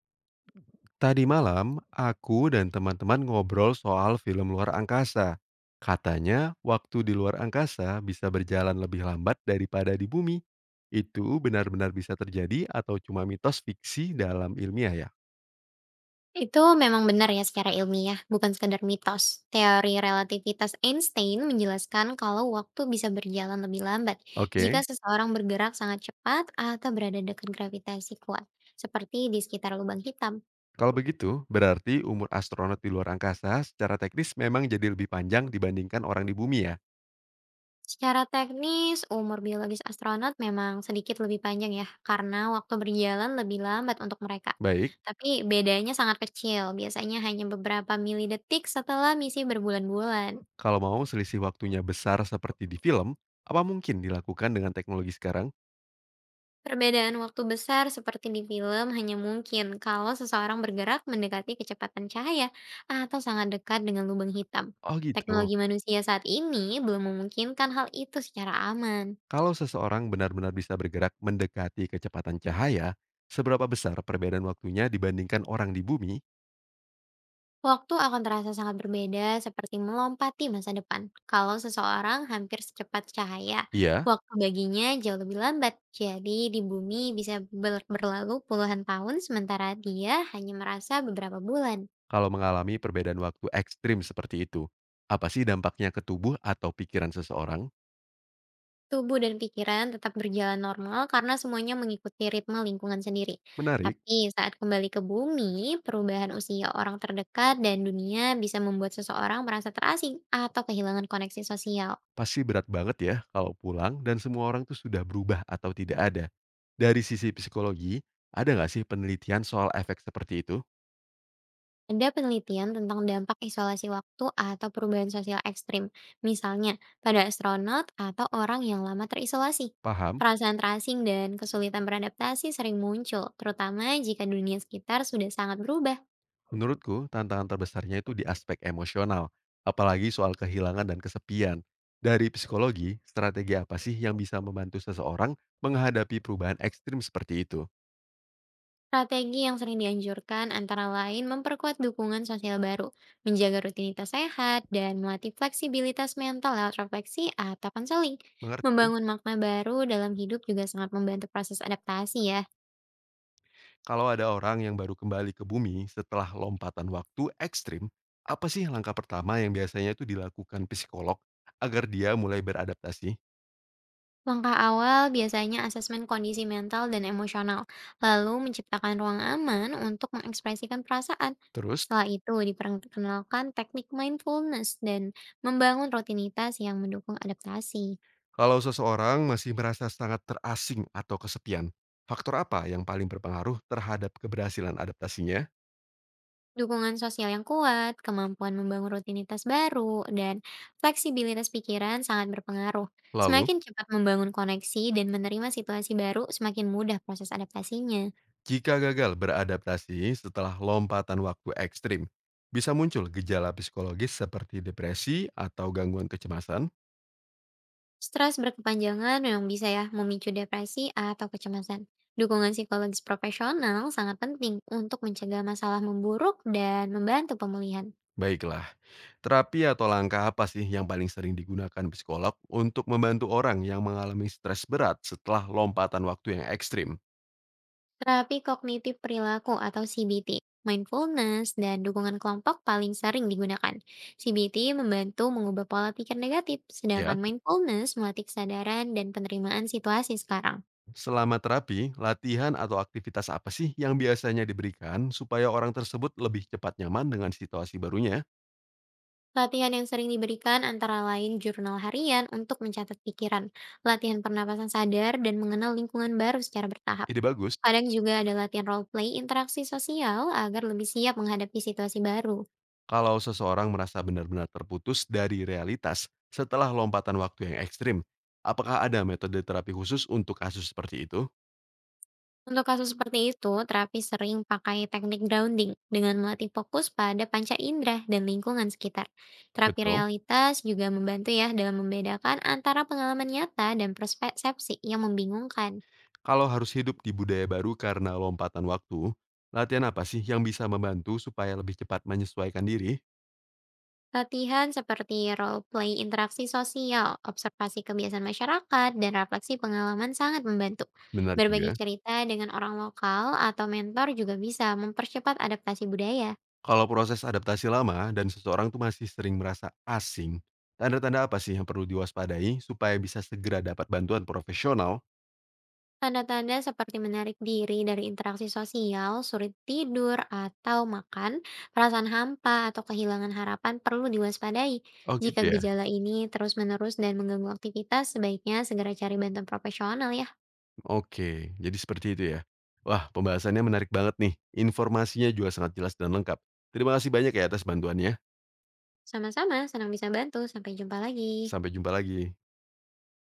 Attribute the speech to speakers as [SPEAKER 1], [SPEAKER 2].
[SPEAKER 1] Tadi malam, aku dan teman-teman ngobrol soal film luar angkasa. Katanya, waktu di luar angkasa bisa berjalan lebih lambat daripada di bumi. Itu benar-benar bisa terjadi atau cuma mitos fiksi dalam ilmiah ya?
[SPEAKER 2] Itu memang benar ya secara ilmiah, bukan sekedar mitos. Teori relativitas Einstein menjelaskan kalau waktu bisa berjalan lebih lambat jika
[SPEAKER 1] Oke,
[SPEAKER 2] seseorang bergerak sangat cepat atau berada dekat gravitasi kuat, seperti di sekitar lubang hitam.
[SPEAKER 1] kalau begitu, berarti umur astronot di luar angkasa secara teknis memang jadi lebih panjang dibandingkan orang di bumi ya?
[SPEAKER 2] Secara teknis, umur biologis astronot memang sedikit lebih panjang ya, karena waktu berjalan lebih lambat untuk mereka.
[SPEAKER 1] Baik,
[SPEAKER 2] Tapi bedanya sangat kecil, biasanya hanya beberapa milidetik setelah misi berbulan-bulan.
[SPEAKER 1] kalau mau selisih waktunya besar seperti di film, apa mungkin dilakukan dengan teknologi sekarang?
[SPEAKER 2] Perbedaan waktu besar seperti di film hanya mungkin kalau seseorang bergerak mendekati kecepatan cahaya atau sangat dekat dengan lubang hitam.
[SPEAKER 1] Oh gitu.
[SPEAKER 2] Teknologi manusia saat ini belum memungkinkan hal itu secara aman.
[SPEAKER 1] Kalau seseorang benar-benar bisa bergerak mendekati kecepatan cahaya, seberapa besar perbedaan waktunya dibandingkan orang di bumi?
[SPEAKER 2] Waktu akan terasa sangat berbeda seperti melompati masa depan. Kalau seseorang hampir secepat cahaya,
[SPEAKER 1] Iya,
[SPEAKER 2] waktu baginya jauh lebih lambat. Jadi di bumi bisa berlalu puluhan tahun sementara dia hanya merasa beberapa bulan.
[SPEAKER 1] kalau mengalami perbedaan waktu ekstrim seperti itu. Apa sih dampaknya ke tubuh atau pikiran seseorang?
[SPEAKER 2] Tubuh dan pikiran tetap berjalan normal karena semuanya mengikuti ritme lingkungan sendiri.
[SPEAKER 1] Menarik,
[SPEAKER 2] Tapi saat kembali ke bumi, perubahan usia orang terdekat dan dunia bisa membuat seseorang merasa terasing atau kehilangan koneksi sosial.
[SPEAKER 1] pasti berat banget ya kalau pulang dan semua orang tuh sudah berubah atau tidak ada. Dari sisi psikologi, ada nggak sih penelitian soal efek seperti itu?
[SPEAKER 2] Ada penelitian tentang dampak isolasi waktu atau perubahan sosial ekstrim, misalnya pada astronot atau orang yang lama terisolasi.
[SPEAKER 1] Paham?
[SPEAKER 2] Perasaan terasing dan kesulitan beradaptasi sering muncul, terutama jika dunia sekitar sudah sangat berubah.
[SPEAKER 1] Menurutku, tantangan terbesarnya itu di aspek emosional, apalagi soal kehilangan dan kesepian. Dari psikologi, strategi apa sih yang bisa membantu seseorang menghadapi perubahan ekstrim seperti itu?
[SPEAKER 2] Strategi yang sering dianjurkan antara lain memperkuat dukungan sosial baru, menjaga rutinitas sehat, dan melatih fleksibilitas mental lewat refleksi atau konseling.
[SPEAKER 1] Mengerti?
[SPEAKER 2] Membangun makna baru dalam hidup juga sangat membantu proses adaptasi ya.
[SPEAKER 1] Kalau ada orang yang baru kembali ke bumi setelah lompatan waktu ekstrim, apa sih langkah pertama yang biasanya itu dilakukan psikolog agar dia mulai beradaptasi?
[SPEAKER 2] Langkah awal biasanya asesmen kondisi mental dan emosional, lalu menciptakan ruang aman untuk mengekspresikan perasaan.
[SPEAKER 1] Terus,
[SPEAKER 2] Setelah itu diperkenalkan teknik mindfulness dan membangun rutinitas yang mendukung adaptasi.
[SPEAKER 1] kalau seseorang masih merasa sangat terasing atau kesepian, faktor apa yang paling berpengaruh terhadap keberhasilan adaptasinya?
[SPEAKER 2] Dukungan sosial yang kuat, kemampuan membangun rutinitas baru, dan fleksibilitas pikiran sangat berpengaruh.
[SPEAKER 1] Lalu,
[SPEAKER 2] Semakin cepat membangun koneksi dan menerima situasi baru, semakin mudah proses adaptasinya.
[SPEAKER 1] jika gagal beradaptasi setelah lompatan waktu ekstrim, bisa muncul gejala psikologis seperti depresi atau gangguan kecemasan.
[SPEAKER 2] Stres berkepanjangan memang bisa ya memicu depresi atau kecemasan. Dukungan psikologis profesional sangat penting untuk mencegah masalah memburuk dan membantu pemulihan.
[SPEAKER 1] Baiklah, terapi atau langkah apa sih yang paling sering digunakan psikolog untuk membantu orang yang mengalami stres berat setelah lompatan waktu yang ekstrim?
[SPEAKER 2] Terapi kognitif perilaku atau CBT, mindfulness, dan dukungan kelompok paling sering digunakan. CBT membantu mengubah pola pikir negatif, sedangkan
[SPEAKER 1] Ya,
[SPEAKER 2] mindfulness melatih kesadaran dan penerimaan situasi sekarang.
[SPEAKER 1] selama terapi, latihan atau aktivitas apa sih yang biasanya diberikan supaya orang tersebut lebih cepat nyaman dengan situasi barunya?
[SPEAKER 2] Latihan yang sering diberikan antara lain jurnal harian untuk mencatat pikiran, latihan pernapasan sadar, dan mengenal lingkungan baru secara bertahap.
[SPEAKER 1] Ide bagus.
[SPEAKER 2] Kadang juga ada latihan role play interaksi sosial agar lebih siap menghadapi situasi baru.
[SPEAKER 1] Kalau seseorang merasa benar-benar terputus dari realitas setelah lompatan waktu yang ekstrim, apakah ada metode terapi khusus untuk kasus seperti itu?
[SPEAKER 2] Untuk kasus seperti itu, terapi sering pakai teknik grounding dengan melatih fokus pada panca indera dan lingkungan sekitar. Terapi
[SPEAKER 1] Betul.
[SPEAKER 2] realitas juga membantu ya dalam membedakan antara pengalaman nyata dan persepsi yang membingungkan.
[SPEAKER 1] Kalau harus hidup di budaya baru karena lompatan waktu, latihan apa sih yang bisa membantu supaya lebih cepat menyesuaikan diri?
[SPEAKER 2] Latihan seperti role play interaksi sosial, observasi kebiasaan masyarakat, dan refleksi pengalaman sangat membantu.
[SPEAKER 1] Benar
[SPEAKER 2] Berbagi
[SPEAKER 1] juga.
[SPEAKER 2] cerita dengan orang lokal atau mentor juga bisa mempercepat adaptasi budaya.
[SPEAKER 1] Kalau proses adaptasi lama dan seseorang tuh masih sering merasa asing, tanda-tanda apa sih yang perlu diwaspadai supaya bisa segera dapat bantuan profesional?
[SPEAKER 2] Tanda-tanda seperti menarik diri dari interaksi sosial, sulit tidur atau makan, perasaan hampa atau kehilangan harapan perlu diwaspadai.
[SPEAKER 1] Oh
[SPEAKER 2] Jika
[SPEAKER 1] gitu ya.
[SPEAKER 2] gejala ini terus-menerus dan mengganggu aktivitas, sebaiknya segera cari bantuan profesional ya.
[SPEAKER 1] Oke, jadi seperti itu ya. Wah, pembahasannya menarik banget nih. Informasinya juga sangat jelas dan lengkap. Terima kasih banyak ya atas bantuannya.
[SPEAKER 2] Sama-sama, senang bisa bantu. Sampai jumpa lagi.
[SPEAKER 1] Sampai jumpa lagi.